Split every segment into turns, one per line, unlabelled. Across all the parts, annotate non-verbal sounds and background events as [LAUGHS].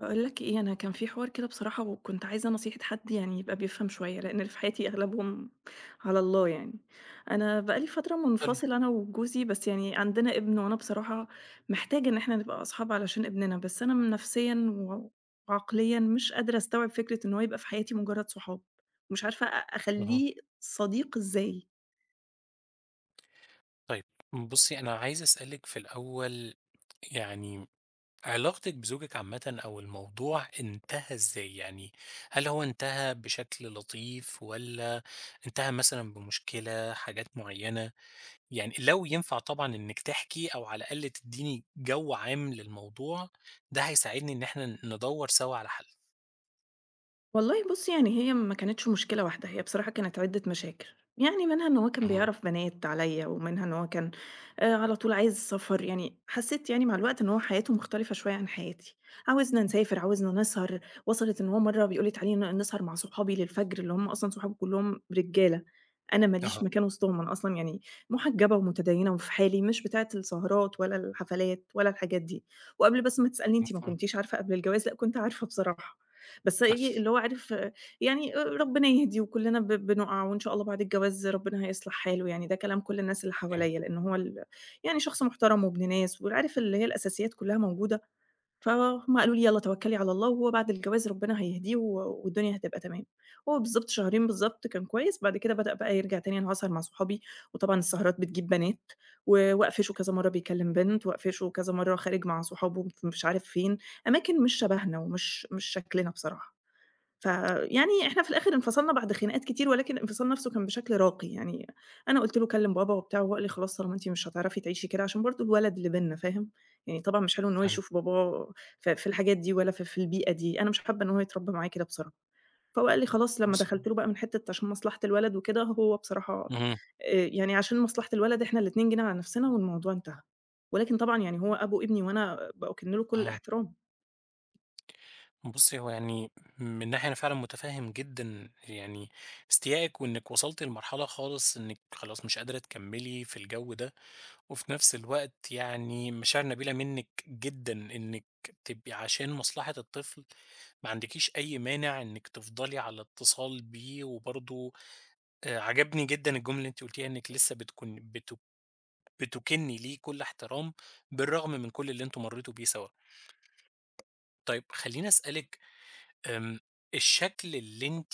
باقول لك إيه، أنا كان في حوار كده بصراحة وكنت عايزة نصيحة حد يعني يبقى بيفهم شوية، لإن اللي في حياتي أغلبهم على الله يعني. أنا بقى لي فترة
طيب،
منفصلة أنا وجوزي، بس يعني عندنا ابن وأنا بصراحة محتاجة إن إحنا نبقى أصحاب علشان ابننا، بس أنا نفسيًا وعقليًا مش قادرة أستوعب فكرة إن هو يبقى في حياتي مجرد صحاب، ومش عارفة أ
اهم،
أخلّيه صديق إزاي.
طيب بُصّي أنا عايز أسألِك في الأول يعني علاقتِك بزوجِك عامةً أو الموضوع انتهى إزاي؟ يعني هل هو انتهى بشكل لطيف والّا انتهى مثلًا بمشكلة، حاجات معيّنة؟ يعني لو ينفع طبعًا إنِّك تحكي أو على الأقل تدّيني جو عام للموضوع، ده هيساعدني إن إحنا ندوّر سوا على حل.
والله بُصّي، يعني هي ما كانتش مشكلة واحدة، هي بصراحة كانت عِدّة مشاكل، يعني منها إن هو كان
اهم،
بيعرف بنات عليّا، ومنها إن هو كان على طول عايز سفر، يعني حسّيت يعني مع الوقت إن هو حياته مختلفة شوية عن حياتي، عاوزنا نسافر، عاوزنا نسهر، وصلت إن هو مرّة بيقول لي: "تعالي نسهر مع صحابي للفجر." اللي هم أصلًا صحابه كلّهم رجالة، أنا ما
أها،
ليش مكان وسطهم، أنا أصلًا يعني محجّبة ومتديّنة وفي حالي، مش بتاعة السهرات ولا الحفلات ولا الحاجات دي، وقبل بس ما تسألني أنتِ ما
مفهوم،
كنتيش عارفة قبل الجواز، لأ كنت عارفة بصراحة. بس إيه، اللي هو عارف آه، يعني آه، ربنا يهدي وكُلّنا بنُقع وإن شاء الله بعد الجواز ربنا هيصلح حاله يعني، ده كلام كل الناس اللي
أوكي،
حواليّا، لإن هو يعني شخص محترم وابن ناس وعارف اللي هي الأساسيات كُلّها موجودة، فهُم قالوا لي: "يالّا توكّلي على الله وهو بعد الجواز ربنا هيهديه والدنيا هتبقى تمام." هو بالضبط شهرين بالضبط كان كويس، بعد كده بدأ بقى يرجع تاني أنا هاسهر مع صحابي، وطبعًا السهرات بتجيب بنات وأقفشه كذا مرّة بيكلّم بنت، وأقفشه كذا مرّة خارج مع صحابه ف مش عارف فين، أماكن مش شبهنا ومش مش شكلنا بصراحة. فيعني إحنا في الآخر انفصلنا بعد خناقات كتير، ولكن الانفصال نفسه كان بشكل راقي، يعني أنا قُلت له كلّم بابا وبتاع، وهو قال لي خلاص طالما أنتِ مش هتعرفي تعيشي كده عشان برضه الولد اللي بيننا فاهم، يعني طبعًا مش حلو إن هو
فهمتِك.
يشوف باباه ف في الحاجات دي ولا في البيئة دي، أنا مش حابة إن هو يتربى معايا كده بصراحة، فهو قال لي خلاص لمّا
بُصّي
دخلت له بقى من حتة عشان مصلحة الولد وكده، هو بصراحة
اهم،
يعني عشان مصلحة الولد إحنا الاتنين جينا على نفسنا والموضوع انتهى، ولكن طبعًا يعني هو أبو ابني وأنا باكِن له كل
أها.
الاحترام.
بُصّي، هو يعني من ناحية أنا فعلًا مُتفهِّم جدًا يعني استيائِك وإنِّك وصلتِ لمرحلة خالص إنِّك خلاص مش قادرة تكمّلي في الجو ده، وفي نفس الوقت يعني مشاعر نبيلة منِّك جدًا إنِّك تبقي عشان مصلحة الطفل ما عندكيش أي مانع إنِّك تفضلي على اتصال بيه، وبرضه عجبني جدًا الجملة اللي أنتِ قُلتيها إنِّك لسه بتكنّي ليه كل احترام بالرغم من كل اللي أنتم مرّيتوا بيه سوا. طيب خلّيني أسألِك آمم، الشكل اللي أنتِ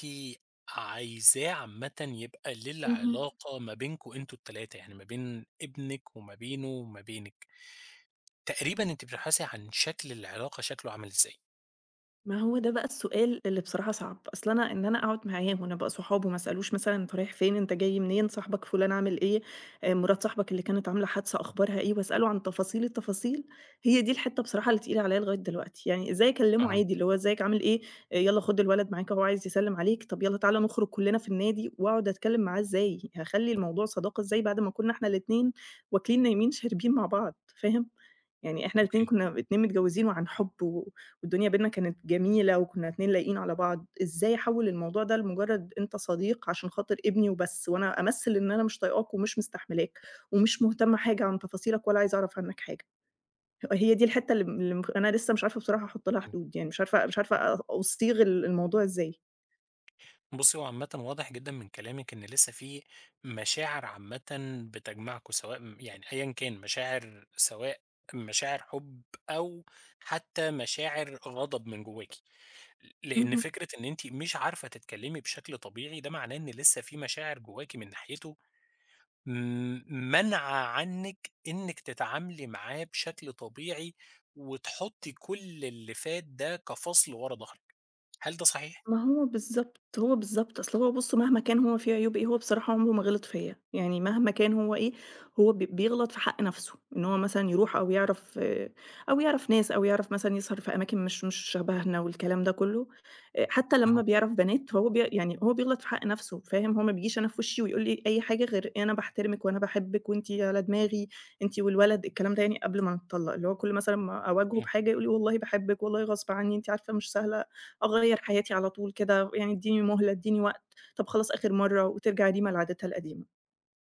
عايزاه عامةً يبقى
اهم.
للعلاقة ما بينكم أنتم ال3 يعني ما بين ابنِك وما بينه وما بينِك، تقريبًا أنتِ بتبحثي عن شكل العلاقة شكله عامل إزاي؟
ما هو ده بقى السؤال اللي بصراحة صعب، أصل أنا إن أنا أقعد معاه ونبقى صحاب وما أسألوش مثلًا أنت رايح فين، أنت جاي منين، صاحبك فلان عامل إيه، مرات صاحبك اللي كانت عاملة حادثة أخبارها إيه، وأسأله عن تفاصيل التفاصيل، هي دي الحتّة بصراحة اللي تقيلة عليَّ لغاية دلوقتي، يعني إزاي أكلمه
أها،
عادي اللي هو إزيك عامل إيه، يالّا خد الولد معاك أهو عايز يسلم عليك، طب يالّا تعالَ نخرج كلنا في النادي، وأقعد أتكلم معاه إزاي، هاخلّي الموضوع صداقة إزاي بعد ما كنا إحنا الاتنين واكلين نايمين شاربين مع بعض، فاهم؟ يعني إحنا الاتنين
أوكي،
كنا 2 متجوّزين وعن حُب والدنيا بيننا كانت جميلة وكنا 2 لايقين على بعض، إزاي أحوّل الموضوع ده لمجرّد أنت صديق عشان خاطر ابني وبس وأنا أمثّل إن أنا مش طايقاك ومش مستحملاك ومش مهتمة حاجة عن تفاصيلك ولا عايزة أعرف عنّك حاجة. هي دي الحتّة اللي م اللي مخ أنا لسه مش عارفة بصراحة أحُط لها
حلو.
حدود، يعني مش عارفة أُصيغ الموضوع إزاي.
بُصّي، هو عامةً واضح جدًا من كلامِك إن لسه في مشاعر عامةً بتجمعكم سواء يعني أيًا كان مشاعر سواء مشاعر حُب أو حتى مشاعر غضب من جواكِ. لإن فكرة إن أنتِ مش عارفة تتكلمي بشكل طبيعي، ده معناه إن لسه في مشاعر جواكِ من ناحيته م مانعة عنِّك إنِّك تتعاملي معاه بشكل طبيعي، وتحطّي كل اللي فات ده كفصل ورا ضهرِك، هل ده صحيح؟
ما هو بالضبط، هو بالضبط. أصل هو بُص مهما كان هو فيه عيوب إيه، هو بصراحة عمره ما غلط فيّا. يعني مهما كان هو إيه، هو بيغلط في حق نَفْسه، إن هو مثلًا يروح أو يعرف آه، أو يعرف ناس أو يعرف مثلًا يسهر في أماكن مش شبهنا والكلام ده كُلّه. حتّى
أها.
لمّا بيعرف بنات، هو بي يعني هو بيغلط في حق نَفْسه، فاهم؟ هو ما بييجيش أنا في وشّي ويقول لي أي حاجة غير أنا باحترمِك وأنا باحبِّك وأنتِ على دماغي، أنتِ والولد، الكلام ده يعني قبل ما نتطلّق. اللي هو كل مثلًا ما أواجهه
إمم،
بحاجة يقول لي والله باحبِّك، والله غصب عنّي، أنتِ عارفة مش سهلة أغيّر حياتي على طول كده، يعني ادّيني مهلة، ادّيني وقت، طَب خلاص آخر مرّة وترجع ديما لعادتها القديمة.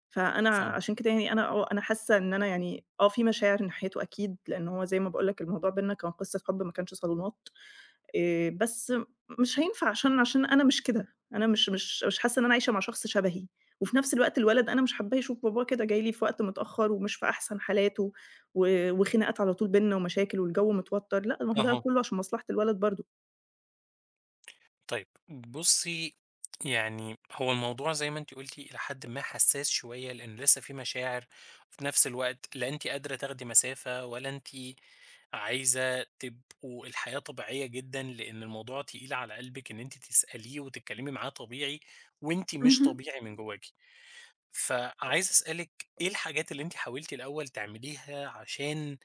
فأنا
فاهمِك،
عشان كده يعني أنا آه، أنا حاسة إن أنا يعني آه، في مشاعر ناحيته أكيد، لإن هو زي ما باقول لك الموضوع بيننا كان قصة حُب ما كانش صالونات، بس مش هينفع عشان أنا مش كده، أنا مش حاسة إن أنا عايشة مع شخص شبهي، وفي نفس الوقت الولد أنا مش حاباه يشوف باباه كده جاي لي في وقت متأخّر ومش في أحسن حالاته وخناقات على طول بيننا ومشاكل والجو متوتّر، لأ، ما هو ده
أها.
كُلّه عشان مصلحة الولد برضه.
طيب بُصّي، يعني هو الموضوع زي ما أنتِ قُلتِ إلى حدٍ ما حساس شوية، لإن لسه في مشاعر، وفي نفس الوقت لا أنتِ قادرة تاخدي مسافة، ولا أنتِ عايزة تبقوا الحياة طبيعية جدًا، لإن الموضوع تقيل على قلبِك إن أنتِ تسأليه وتتكلمي معاه طبيعي، وأنتِ مش
اهم.
طبيعي من جواكِ. فعايز أسألِك إيه الحاجات اللي أنتِ حاولتِ الأول تعمليها عشان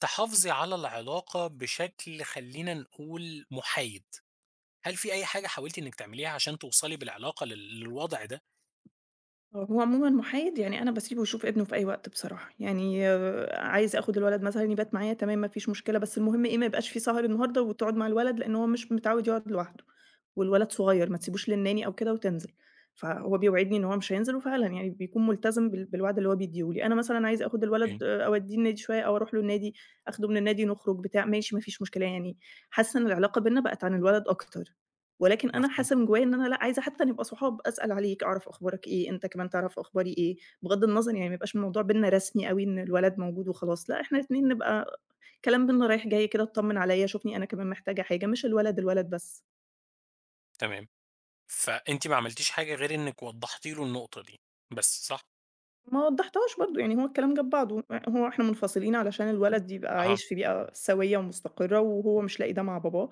تحافظي على العلاقة بشكل خلّينا نقول محايد؟ هل في أي حاجة حاولتِ إنِّك تعمليها عشان توصلي بالعلاقة للوضع ده؟
آه، هو عمومًا محايد، يعني أنا باسيبه يشوف ابنه في أي وقت بصراحة، يعني آه، عايز آخُد الولد مثلًا يبات معايا تمام ما فيش مشكلة، بس المهم إيه، ما يبقاش في سهر النهارده وتقعد مع الولد، لإن هو مش متعوِّد يقعد لوحده، والولد صغير ما تسيبوش للناني أو كده وتنزل، فهو بيوعدني إن هو مش هينزل وفعلًا يعني بيكون ملتزم بالوعد اللي هو بيدّيه لي. أنا مثلًا عايزة آخُد
إمم،
الولد آه، أودّيه النادي شوية أو أروح له النادي، آخده من النادي نخرج بتاع، ماشي ما فيش مشكلة، يعني حاسة إن العلاقة بيننا بقت عن الولد أكتر. ولكن أنا
مفهوم.
حاسة من جوايا إن أنا لأ، عايزة حتى نبقى صحاب، أسأل عليك، أعرف أخبارك إيه، أنت كمان تعرف أخباري إيه، بغض النظر يعني ما يبقاش الموضوع بيننا رسمي أوي إن الولد موجود وخلاص، لأ، إحنا الاتنين نبقى كلام بيننا رايح جاي كده اتطمن عليَّ، شوفني أنا كمان محتاجة حاجة، مش الولد، الولد بس.
تمام، فأنتِ ما عملتيش حاجة غير إنِّك وضّحتِ له النقطة دي بس، صح؟
ما وضحتهاش برضه، يعني هو الكلام جاب بعضه، هو إحنا منفصلين علشان الولد يبقى
أها،
عايش في بيئة سوية ومستقرة، وهو مش لاقي ده مع باباه،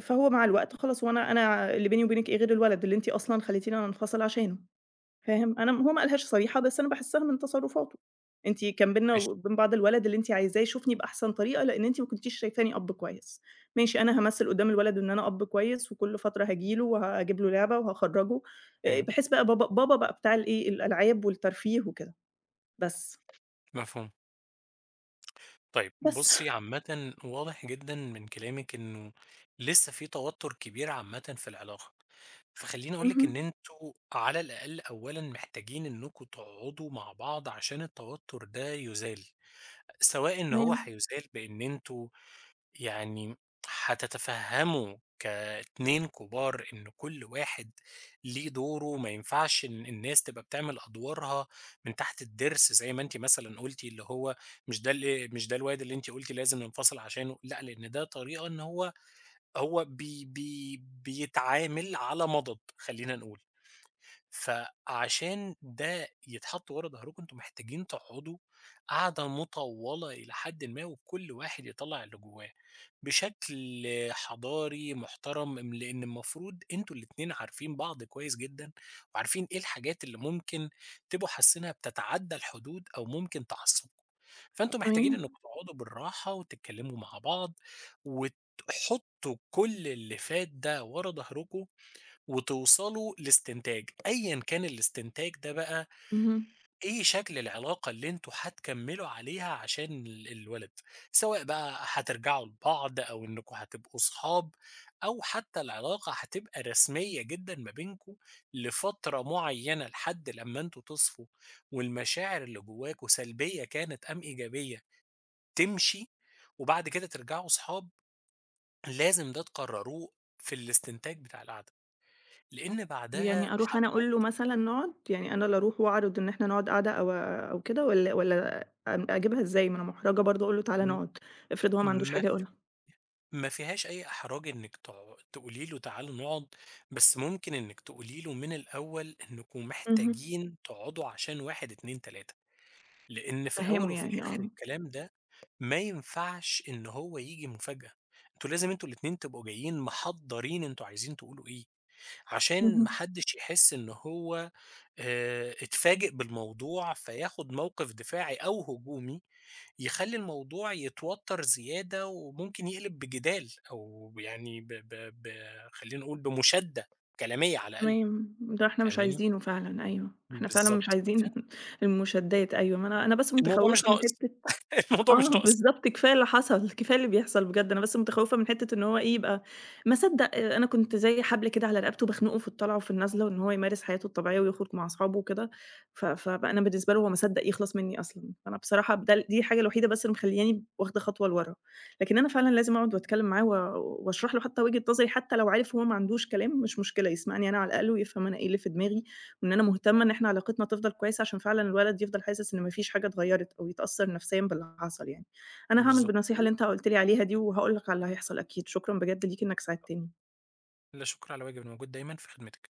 فهو مع الوقت خلاص هو أنا اللي بيني وبينِك إيه غير الولد اللي أنتِ أصلًا خليتيني أنا أنفصل عشانه. فاهم؟ أنا هو ما قالهاش صريحة، بس أنا باحسّها من تصرُّفاته، أنتِ كان بيننا
ماشي،
وبين بعض الولد اللي أنتِ عايزاه يشوفني بأحسن طريقة، لإن أنتِ ما كنتيش شايفاني أب كويس، ماشي أنا هامثّل قدّام الولد إن أنا أب كويس، وكل فترة هاجي له وهاجيب له لعبة وهاخرّجه،
إمم،
بحيث بقى بابا بقى بتاع الإيه، الألعاب والترفيه وكده، بس،
مفهوم. طيب
بس.
بُصّي، عامةً واضح جدًا من كلامِك إنه لسه في توتر كبير عامةً في العلاقة، فخلّيني أقول لِك
اهم،
إن أنتم على الأقل أولًا محتاجين إنكم تقعدوا مع بعض عشان التوتر ده يُزال، سواء إن هو
تمام،
هيُزال بإن أنتم يعني هتتفهموا كاتنين كبار إن كل واحد ليه دوره، ما ينفعش إن الناس تبقى بتعمل أدوارها من تحت الضرس زي ما أنتِ مثلًا قُلتِ، اللي هو مش ده الواد اللي أنتِ قُلتِ لازم ننفصل عشانه، لأ، لأن ده طريقة إن هو هو بي بي بيتعامل على مضض خلّينا نقول. فعشان ده يتحط ورا ضهركم أنتم محتاجين تقعدوا قعدة مطولة إلى حدٍ ما، وكل واحد يطلّع اللي جواه بشكل حضاري محترم، لإن المفروض أنتم الاتنين عارفين بعض كويس جدًا، وعارفين إيه الحاجات اللي ممكن تبقوا حاسينها بتتعدى الحدود أو ممكن تعصبكم، فأنتم محتاجين
تمام،
إنكم تقعدوا بالراحة وتتكلموا مع بعض، وتحطوا كل اللي فات ده ورا ضهركم وتوصلوا لاستنتاج، أيًا كان الاستنتاج ده بقى
اهم.
إيه شكل العلاقة اللي أنتم هتكمّلوا عليها عشان الولد، سواء بقى هترجعوا لبعض أو إنكم هتبقوا صحاب أو حتى العلاقة هتبقى رسمية جدًا ما بينكم لفترة معيّنة لحد لمّا أنتم تصفوا والمشاعر اللي جواكم سلبية كانت أم إيجابية تمشي، وبعد كده ترجعوا صحاب، لازم ده تقرروه في الاستنتاج بتاع القعدة، لإن بعدها
يعني أروح أنا أقول له
هتحُط
مثلًا نقعد؟ يعني أنا اللي أروح وأعرض إن إحنا نقعد قعدة أو كده والّا أم أجيبها إزاي؟ ما أنا محرجة برضه أقول له تعالَ نقعد، افرض هو ما عندوش
ما
حاجة
ف
يقولها؟
ما فيهاش أي إحراج إنِّك تقولي له تعالوا نقعد، بس ممكن إنِّك تقولي له من الأول إنكم
اهم.
محتاجين تقعدوا عشان 1، 2، 3، لإن في الأول
أفهّمه
وفي
يعني
الآخر
آه.
الكلام ده ما ينفعش إن هو ييجي مفاجأة، أنتم لازم أنتم الاتنين تبقوا جايين محضّرين أنتم عايزين تقولوا إيه، عشان ما
اهم.
حدّش يحس إن هو اتفاجئ بالموضوع، فياخد موقف دفاعي أو هجومي، يخلّي الموضوع يتوتر زيادة وممكن يقلب بجدال أو يعني ب ب ب خلّينا نقول بمشادة كلامية على الأقل،
تمام، ده إحنا مش
فاهماني؟
عايزينه فعلًا أيوه، إحنا فعلًا مش
بالضبط،
عايزين [LAUGHS] المشادات أيوه، ما أنا بس
الموضوع مش
متخوّفة من
ناقص،
حتة
[LAUGHS] الموضوع مش
آه
ناقص،
بالضبط، كفاية اللي حصل، كفاية اللي بيحصل بجد، أنا بس متخوّفة من حتّة إن هو إيه، يبقى ما صدّق أنا كنت زي حبل كده على رقبته بخنقه في الطالعة وفي النازلة وإن هو يمارس حياته الطبيعية ويخرج مع أصحابه وكده، فبقى أنا بالنسبة له هو ما صدّق يخلص منّي أصلًا، فأنا بصراحة ده ال دي الحاجة الوحيدة بس اللي مخلّياني واخدة خطوة لورا، لكن أنا فعلًا لازم أقعد وأتكلّم معاه وأشرح له حتّى وجهة نظري، حتّى لو عارف هو ما عندوش كلام مش مشكلة، يسمعني أنا على الأقل ويفهم أنا إيه اللي في دماغي وإن أنا مهتمة إن إحنا علاقتنا تفضل كويسة عشان فعلًا الولد يفضل حاسس إن ما فيش حاجة اتغيّرت أو يتأثّر نفسيًا باللي حصل يعني. أنا هاعمل
بالضبط،
بالنصيحة اللي أنت قُلت لي عليها دي وهاقول لك على اللي هيحصل أكيد، شكرًا بجد ليك إنك ساعدتني.
لا شكر على واجب، أنا موجود دايمًا في خدمتِك.